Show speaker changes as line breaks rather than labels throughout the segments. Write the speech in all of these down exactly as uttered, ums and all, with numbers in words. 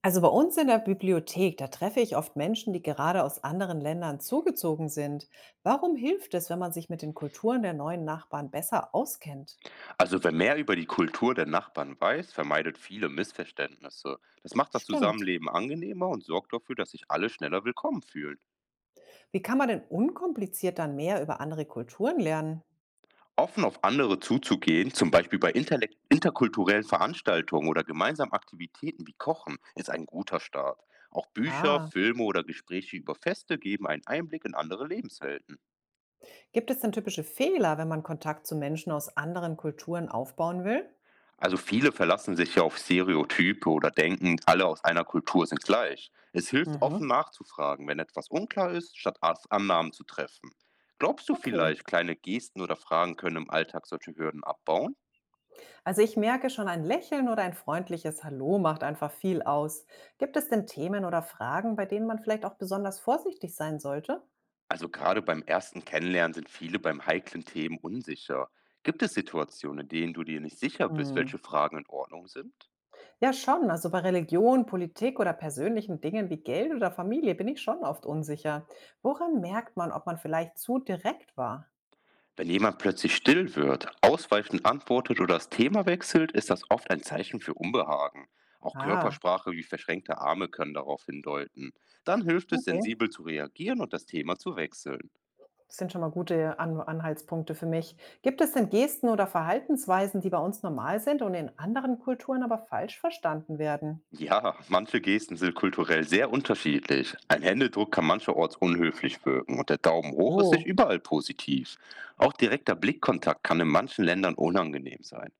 Also bei uns in der Bibliothek, da treffe ich oft Menschen, die gerade aus anderen Ländern zugezogen sind. Warum hilft es, wenn man sich mit den Kulturen der neuen Nachbarn besser auskennt?
Also, wer mehr über die Kultur der Nachbarn weiß, vermeidet viele Missverständnisse. Das macht das
Stimmt.
Zusammenleben angenehmer und sorgt dafür, dass sich alle schneller willkommen fühlen.
Wie kann man denn unkompliziert dann mehr über andere Kulturen lernen?
Offen auf andere zuzugehen, zum Beispiel bei interlekt- interkulturellen Veranstaltungen oder gemeinsamen Aktivitäten wie Kochen, ist ein guter Start. Auch Bücher,
Ah,
Filme oder Gespräche über Feste geben einen Einblick in andere Lebenswelten.
gibt es denn typische Fehler, wenn man Kontakt zu Menschen aus anderen Kulturen aufbauen will?
Also viele verlassen sich ja auf Stereotype oder denken, alle aus einer Kultur sind gleich. Es hilft
Mhm,
offen nachzufragen, wenn etwas unklar ist, statt Arzt Annahmen zu treffen. Glaubst du
okay.
vielleicht, kleine Gesten oder Fragen können im Alltag solche Hürden abbauen?
Also ich merke schon, ein Lächeln oder ein freundliches Hallo macht einfach viel aus. Gibt es denn Themen oder Fragen, bei denen man vielleicht auch besonders vorsichtig sein sollte?
Also gerade beim ersten Kennenlernen sind viele beim heiklen Themen unsicher. Gibt es Situationen, in denen du dir nicht sicher bist,
Hm.
welche Fragen in Ordnung sind?
Ja, schon. Also bei Religion, Politik oder persönlichen Dingen wie Geld oder Familie bin ich schon oft unsicher. Woran merkt man, ob man vielleicht zu direkt war?
Wenn jemand plötzlich still wird, ausweichend antwortet oder das Thema wechselt, ist das oft ein Zeichen für Unbehagen. Auch
Ah,
Körpersprache wie verschränkte Arme können darauf hindeuten. Dann hilft es,
okay.
sensibel zu reagieren und das Thema zu wechseln.
Das sind schon mal gute An Anhaltspunkte für mich. Gibt es denn Gesten oder Verhaltensweisen, die bei uns normal sind und in anderen Kulturen aber falsch verstanden werden?
Ja, manche Gesten sind kulturell sehr unterschiedlich. Ein Händedruck kann mancherorts unhöflich wirken und der Daumen hoch ist nicht
Oh,
überall positiv. Auch direkter Blickkontakt kann in manchen Ländern unangenehm sein.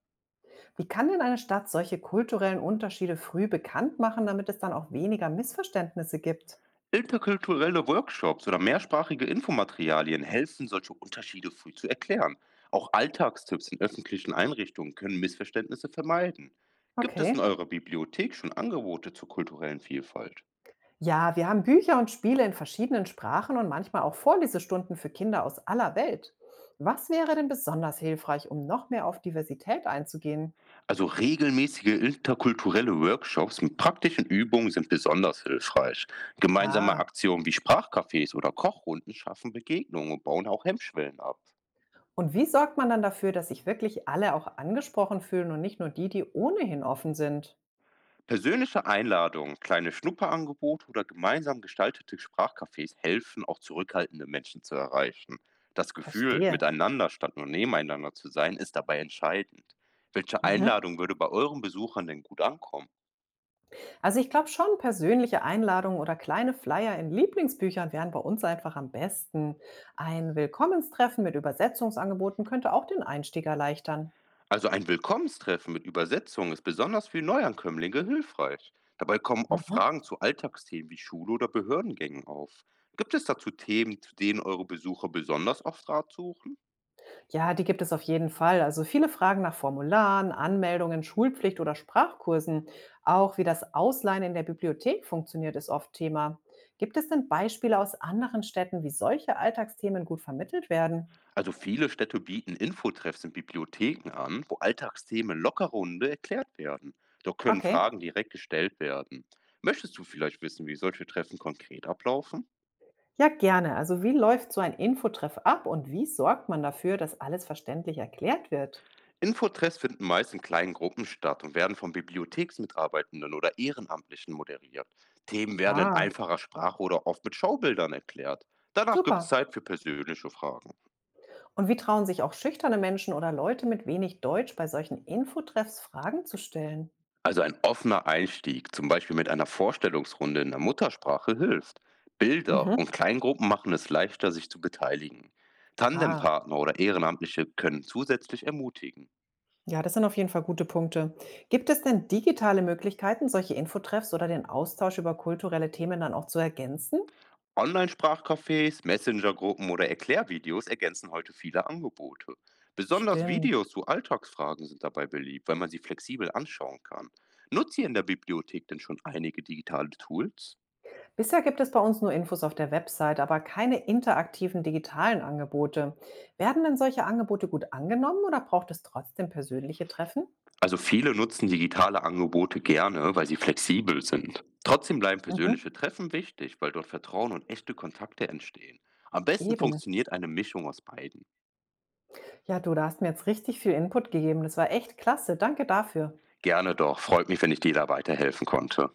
wie kann denn eine Stadt solche kulturellen Unterschiede früh bekannt machen, damit es dann auch weniger Missverständnisse gibt?
Interkulturelle Workshops oder mehrsprachige Infomaterialien helfen, solche Unterschiede früh zu erklären. Auch Alltagstipps in öffentlichen Einrichtungen können Missverständnisse vermeiden. Gibt es in
Okay.
eurer Bibliothek schon Angebote zur kulturellen Vielfalt?
Ja, wir haben Bücher und Spiele in verschiedenen Sprachen und manchmal auch Vorlesestunden für Kinder aus aller Welt. Was wäre denn besonders hilfreich, um noch mehr auf Diversität einzugehen?
Also regelmäßige interkulturelle Workshops mit praktischen Übungen sind besonders hilfreich. Gemeinsame
Ah,
Aktionen wie Sprachcafés oder Kochrunden schaffen Begegnungen und bauen auch Hemmschwellen ab.
und wie sorgt man dann dafür, dass sich wirklich alle auch angesprochen fühlen und nicht nur die, die ohnehin offen sind?
Persönliche Einladungen, kleine Schnupperangebote oder gemeinsam gestaltete Sprachcafés helfen, auch zurückhaltende Menschen zu erreichen. Das Gefühl,
Verstehe.
miteinander statt nur nebeneinander zu sein, ist dabei entscheidend. Welche
Mhm.
Einladung würde bei euren Besuchern denn gut ankommen?
Also ich glaube schon, persönliche Einladungen oder kleine Flyer in Lieblingsbüchern wären bei uns einfach am besten. Ein Willkommenstreffen mit Übersetzungsangeboten könnte auch den Einstieg erleichtern.
Also ein Willkommenstreffen mit Übersetzung ist besonders für Neuankömmlinge hilfreich. Dabei kommen auch
Mhm.
Fragen zu Alltagsthemen wie Schule oder Behördengängen auf. Gibt es dazu Themen, zu denen eure Besucher besonders oft Rat suchen?
Ja, die gibt es auf jeden Fall. Also viele fragen nach Formularen, Anmeldungen, Schulpflicht oder Sprachkursen. Auch wie das Ausleihen in der Bibliothek funktioniert, ist oft Thema. Gibt es denn Beispiele aus anderen Städten, wie solche Alltagsthemen gut vermittelt werden?
Also viele Städte bieten Infotreffs in Bibliotheken an, wo Alltagsthemen locker runde erklärt werden. Dort können
Okay.
Fragen direkt gestellt werden. Möchtest du vielleicht wissen, wie solche Treffen konkret ablaufen?
Ja, gerne. Also wie läuft so ein Infotreff ab und wie sorgt man dafür, dass alles verständlich erklärt wird?
Infotreffs finden meist in kleinen Gruppen statt und werden von Bibliotheksmitarbeitenden oder Ehrenamtlichen moderiert. Themen werden in
Ah,
einfacher Sprache oder oft mit Schaubildern erklärt. Danach gibt es
super.
Zeit für persönliche Fragen.
Und wie trauen sich auch schüchterne Menschen oder Leute mit wenig Deutsch bei solchen Infotreffs Fragen zu stellen?
Also ein offener Einstieg, zum Beispiel mit einer Vorstellungsrunde in der Muttersprache, hilft. Bilder
Mhm.
und Kleingruppen machen es leichter, sich zu beteiligen.
Ah,
Tandempartner oder Ehrenamtliche können zusätzlich ermutigen.
ja, das sind auf jeden Fall gute Punkte. Gibt es denn digitale Möglichkeiten, solche Infotreffs oder den Austausch über kulturelle Themen dann auch zu ergänzen?
Online-Sprachcafés, Messenger-Gruppen oder Erklärvideos ergänzen heute viele Angebote. Besonders
Stimmt.
Videos zu Alltagsfragen sind dabei beliebt, weil man sie flexibel anschauen kann. Nutzt ihr in der Bibliothek denn schon einige digitale Tools?
Bisher gibt es bei uns nur Infos auf der Website, aber keine interaktiven digitalen Angebote. Werden denn solche Angebote gut angenommen oder braucht es trotzdem persönliche Treffen?
Also viele nutzen digitale Angebote gerne, weil sie flexibel sind. Trotzdem bleiben
Mhm.
persönliche Treffen wichtig, weil dort Vertrauen und echte Kontakte entstehen. Am besten
Eben.
funktioniert eine Mischung aus beiden.
Ja, du, da hast mir jetzt richtig viel Input gegeben. Das war echt klasse. Danke dafür.
Gerne doch, freut mich, wenn ich dir da weiterhelfen konnte.